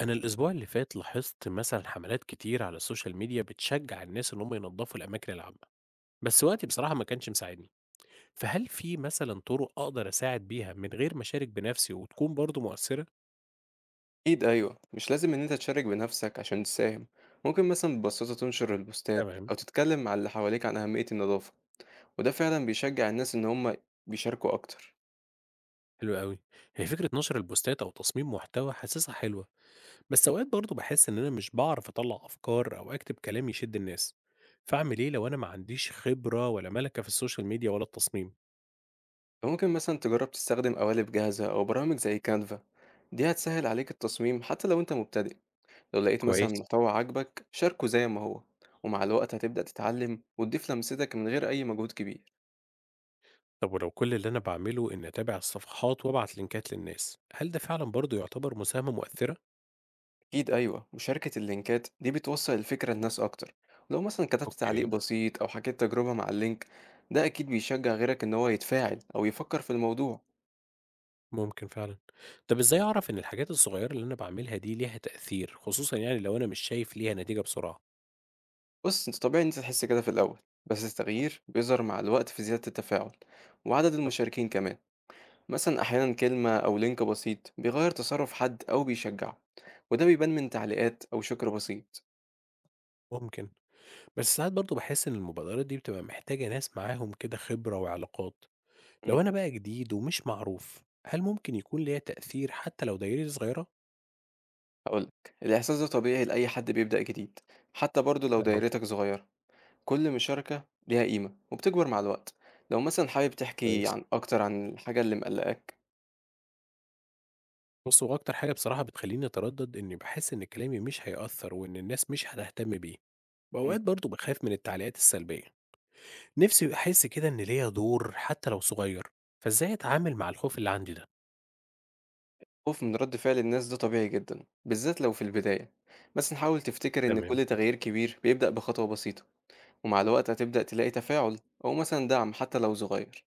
أنا الأسبوع اللي فات لاحظت مثلا حملات كتير على السوشيال ميديا بتشجع الناس إن هم ينظفوا الأماكن العامة، بس وقتي بصراحة ما كانش مساعدني، فهل في مثلا طرق أقدر أساعد بيها من غير ما أشارك بنفسي وتكون برضه مؤثرة؟ أكيد أيوة، مش لازم إن أنت تشارك بنفسك عشان تساهم. ممكن مثلا ببساطة تنشر البوستات تمام، أو تتكلم مع اللي حواليك عن أهمية النظافة، وده فعلا بيشجع الناس إن هما بيشاركوا أكتر. حلو أوي، هي فكرة نشر البوستات أو تصميم محتوى حاسسها حلوة، بس مم. أوقات برضه بحس إن أنا مش بعرف أطلع أفكار أو أكتب كلام يشد الناس، فأعمل إيه لو أنا ما عنديش خبرة ولا ملكة في السوشيال ميديا ولا التصميم؟ فممكن مثلا تجرب تستخدم قوالب جاهزة أو برامج زي كانفا، دي هتسهل عليك التصميم حتى لو أنت مبتدئ. لو لقيت مثلا كويس. محتوى عاجبك شاركه زي ما هو، ومع الوقت هتبدأ تتعلم وتضيف لمستك من غير أي مجهود كبير. طب ولو كل اللي أنا باعمله إني أتابع الصفحات وأبعت لينكات للناس، هل ده فعلا برضه يعتبر مساهمة مؤثرة؟ أكيد أيوة، مشاركة اللينكات دي بتوصل الفكرة لناس أكتر. لو مثلا كتبت تعليق اوكي، بسيط أو حكيت تجربة مع اللينك، ده أكيد بيشجع غيرك إن هو يتفاعل أو يفكر في الموضوع. ممكن فعلا. طب إزاي أعرف إن الحاجات الصغيرة اللي أنا بعملها دي ليها تأثير، خصوصا لو أنا مش شايف ليها نتيجة بسرعة؟ بص، أنت طبيعي إن أنت تحس كده في الأول، بس التغيير بيظهر مع الوقت في زيادة التفاعل وعدد المشاركين كمان. مثلا أحيانا كلمة أو لينك بسيط بيغير تصرف حد أو بيشجعه، وده بيبان من تعليقات أو شكر بسيط. ممكن، بس ساعات برضه بحس إن المبادرات دي بتبقى محتاجة ناس معاهم كده خبرة وعلاقات، أمم، لو أنا بقى جديد ومش معروف، هل ممكن يكون ليها تأثير حتى لو دايرتي صغيرة؟ هقولك، الإحساس ده طبيعي لأي حد بيبدأ جديد. حتى برضه لو أها. دايرتك صغيرة، كل مشاركة ليها قيمة وبتكبر مع الوقت. لو مثلا حابب تحكي كويس. عن أكتر عن الحاجة اللي مقلقاك. بُص، هو أكتر حاجة بصراحة بتخلّيني أتردد إني باحس إن كلامي مش هيأثّر وإن الناس مش هتهتم بيه، مم. وأوقات برضه باخاف من التعليقات السلبية. نفسي أحس كده إن ليّا دور حتى لو صغير، فإزاي أتعامل مع الخوف اللي عندي ده؟ خوف من رد فعل الناس ده طبيعي جدا بالذات لو في البداية، بس نحاول تفتكر إن تمام، كل تغيير كبير بيبدأ بخطوة بسيطة. ومع الوقت هتبدأ تلاقي تفاعل أو مثلا دعم حتى لو صغير،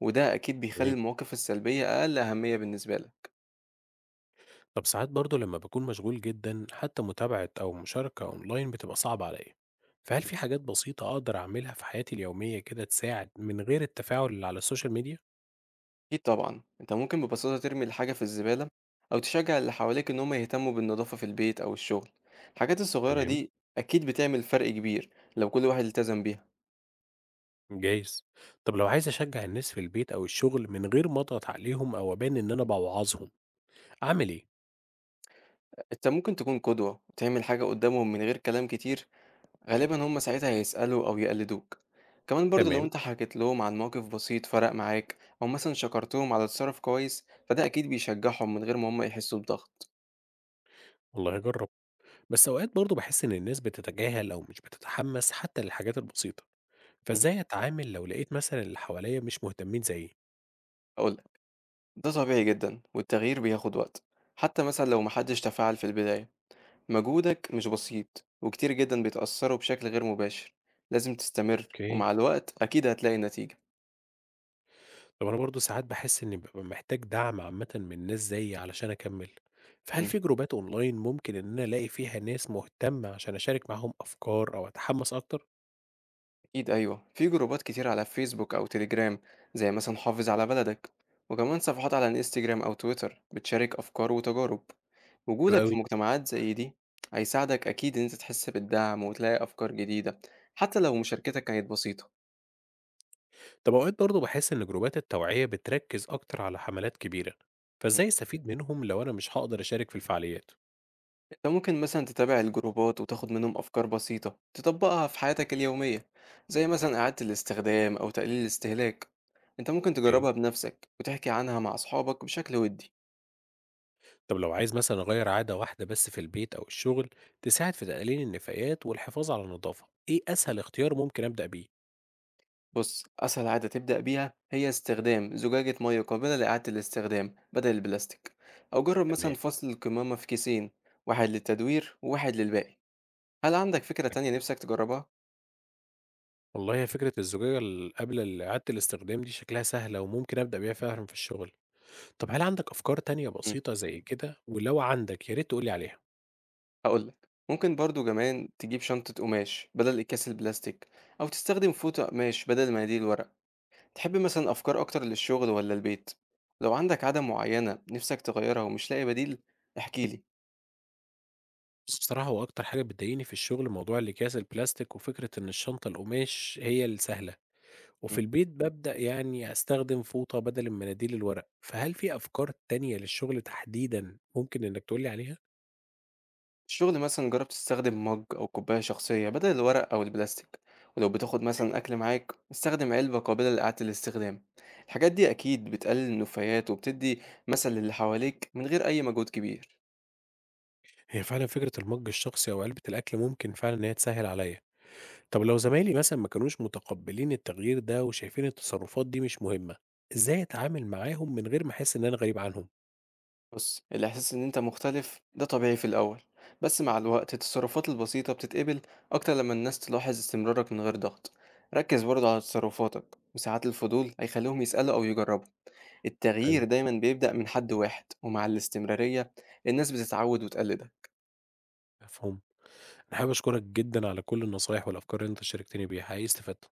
وده أكيد بيخلي جميل. المواقف السلبية أقل أهمية بالنسبة لك. طب ساعات برضه لمّا باكون مشغول جدًا حتى متابعة أو مشاركة أونلاين بتبقى صعبة عليّا، فهل في حاجات بسيطة أقدر أعملها في حياتي اليومية كده تساعد من غير التفاعل اللي على السوشيال ميديا؟ أكيد طبعًا، أنت ممكن ببساطة ترمي الحاجة في الزبالة أو تشجّع اللي حواليك إن هم يهتموا بالنضافة في البيت أو الشغل. الحاجات الصغيرة تمام. دي أكيد بتعمل فرق كبير لو كل واحد التزم بيها. جايز. طب لو عايز أشجع الناس في البيت أو الشغل من غير ما أضغط عليهم أو أبان إن أنا بوعظهم أعمل إيه؟ أنت ممكن تكون قدوة وتعمل حاجة قدّامهم من غير كلام كتير، غالبًا هم ساعتها هيسألوا أو يقلدوك. كمان برضه لو تمام، أنت حكيت لهم عن موقف بسيط فرق معاك أو مثلًا شكرتهم على تصرُّف كويس، فده أكيد بيشجّعهم من غير ما هم يحسّوا بضغط. والله هجرب. بس أوقات برضه بحس إن الناس بتتجاهل أو مش بتتحمس حتى للحاجات البسيطة، إمم، فإزاي أتعامل لو لقيت مثلا اللي حواليا مش مهتمين زيي؟ هاقول لك، ده طبيعي جدًا والتغيير بياخد وقت، حتى مثلًا لو ما حدش تفاعل في البداية. مجهودك مش بسيط، وكتير جدًا بيتأثّروا بشكل غير مباشر. لازم تستمر، اوكي. ومع الوقت أكيد هتلاقي نتيجة. طب أنا برضه ساعات بحس إني ببقى محتاج دعم عامة من ناس زيي علشان أكمل، فهل إمم، في جروبات أونلاين ممكن إن أنا ألاقي فيها ناس مهتمة عشان أشارك معاهم أفكار أو أتحمس أكتر؟ أكيد أيوه، في جروبات كتير على فيسبوك أو تليجرام، زي مثلًا حافظ على بلدك، وكمان صفحات على الإنستجرام أو تويتر بتشارك أفكار وتجارب. حلو وجودك أوي. في مجتمعات زي دي هيساعدك أكيد إن أنت تحس بالدعم وتلاقي أفكار جديدة، حتى لو مشاركتك كانت بسيطة. طب أوقات برضه باحس إن جروبات التوعية بتركز أكتر على حملات كبيرة، فإزاي أستفيد منهم لو أنا مش هاقدر أشارك في الفعاليات؟ انت ممكن مثلا تتابع الجروبات وتاخد منهم أفكار بسيطة تطبقها في حياتك اليومية، زي مثلا إعادة الاستخدام أو تقليل الاستهلاك. انت ممكن اوكي. تجربها بنفسك وتحكي عنها مع أصحابك بشكل ودي. طب لو عايز مثلا أغير عادة واحدة بس في البيت أو الشغل تساعد في تقليل النفايات والحفاظ على النظافة، إيه أسهل اختيار ممكن أبدأ بيه؟ بص، أسهل عادة تبدأ بيها هي استخدام زجاجة مية قابلة لإعادة الاستخدام بدل البلاستيك، أو جرب تمام. مثلا فصل القمامة في كيسين، واحد للتدوير وواحد للباقي. هل عندك فكرة تانية نفسك تجربها؟ والله هي فكرة الزجاجة قبل إعادة الاستخدام دي شكلها سهلة وممكن أبدأ بيها فعلا في الشغل، طب هل عندك أفكار تانية بسيطة زي كده؟ ولو عندك يا ريت تقولي عليها. هاقول لك، ممكن برضه كمان تجيب شنطة قماش بدل أكياس البلاستيك، أو تستخدم فوطة قماش بدل مناديل الورق. تحب مثلًا أفكار أكتر للشغل والّا البيت؟ لو عندك عادة معينة نِفْسك تغيّرها ومش لاقي بديل، احكِ لي. بُص، بصراحة هو أكتر حاجة بتضايقني في الشغل موضوع الأكياس البلاستيك، وفكرة إن الشنطة القماش هي السهلة، وفي إمم. البيت بابدأ أستخدم فوطة بدل المناديل الورق، فهل في أفكار تانية للشغل تحديدًا ممكن إنك تقول لي عليها؟ الشغل مثلًا جرّب تستخدم مَج أو كوباية شخصية بدل الورق أو البلاستيك، ولو بتاخد مثلًا أكل معاك، استخدم علبة قابلة لإعادة الاستخدام. الحاجات دي أكيد بتقلل النفايات وبتدّي مثل للي حواليك من غير أي مجهود كبير. هي فعلًا فكرة المَج الشخصي أو علبة الأكل ممكن فعلًا إن هي تسهِّل عليَّ، طب لو زمايلي مثلًا ما كانوش متقبلين التغيير ده وشايفين التصرفات دي مش مهمة، إزاي أتعامل معاهم من غير ما أحس إن أنا غريب عنهم؟ بص، الإحساس إن أنت مختلف ده طبيعي في الأول، بس مع الوقت التصرفات البسيطة بتتقبل أكتر لما الناس تلاحظ استمرارك من غير ضغط. ركز برضه على تصرفاتك، وساعات الفضول هيخليهم يسألوا أو يجربوا. حلو، التغيير دايما بيبدأ من حد واحد، ومع الاستمرارية الناس بتتعود وتقلدك. مفهوم. أنا حابب أشكرك جدًا على كل النصايح والأفكار اللي أنت شاركتني بيها، حقيقي استفدت.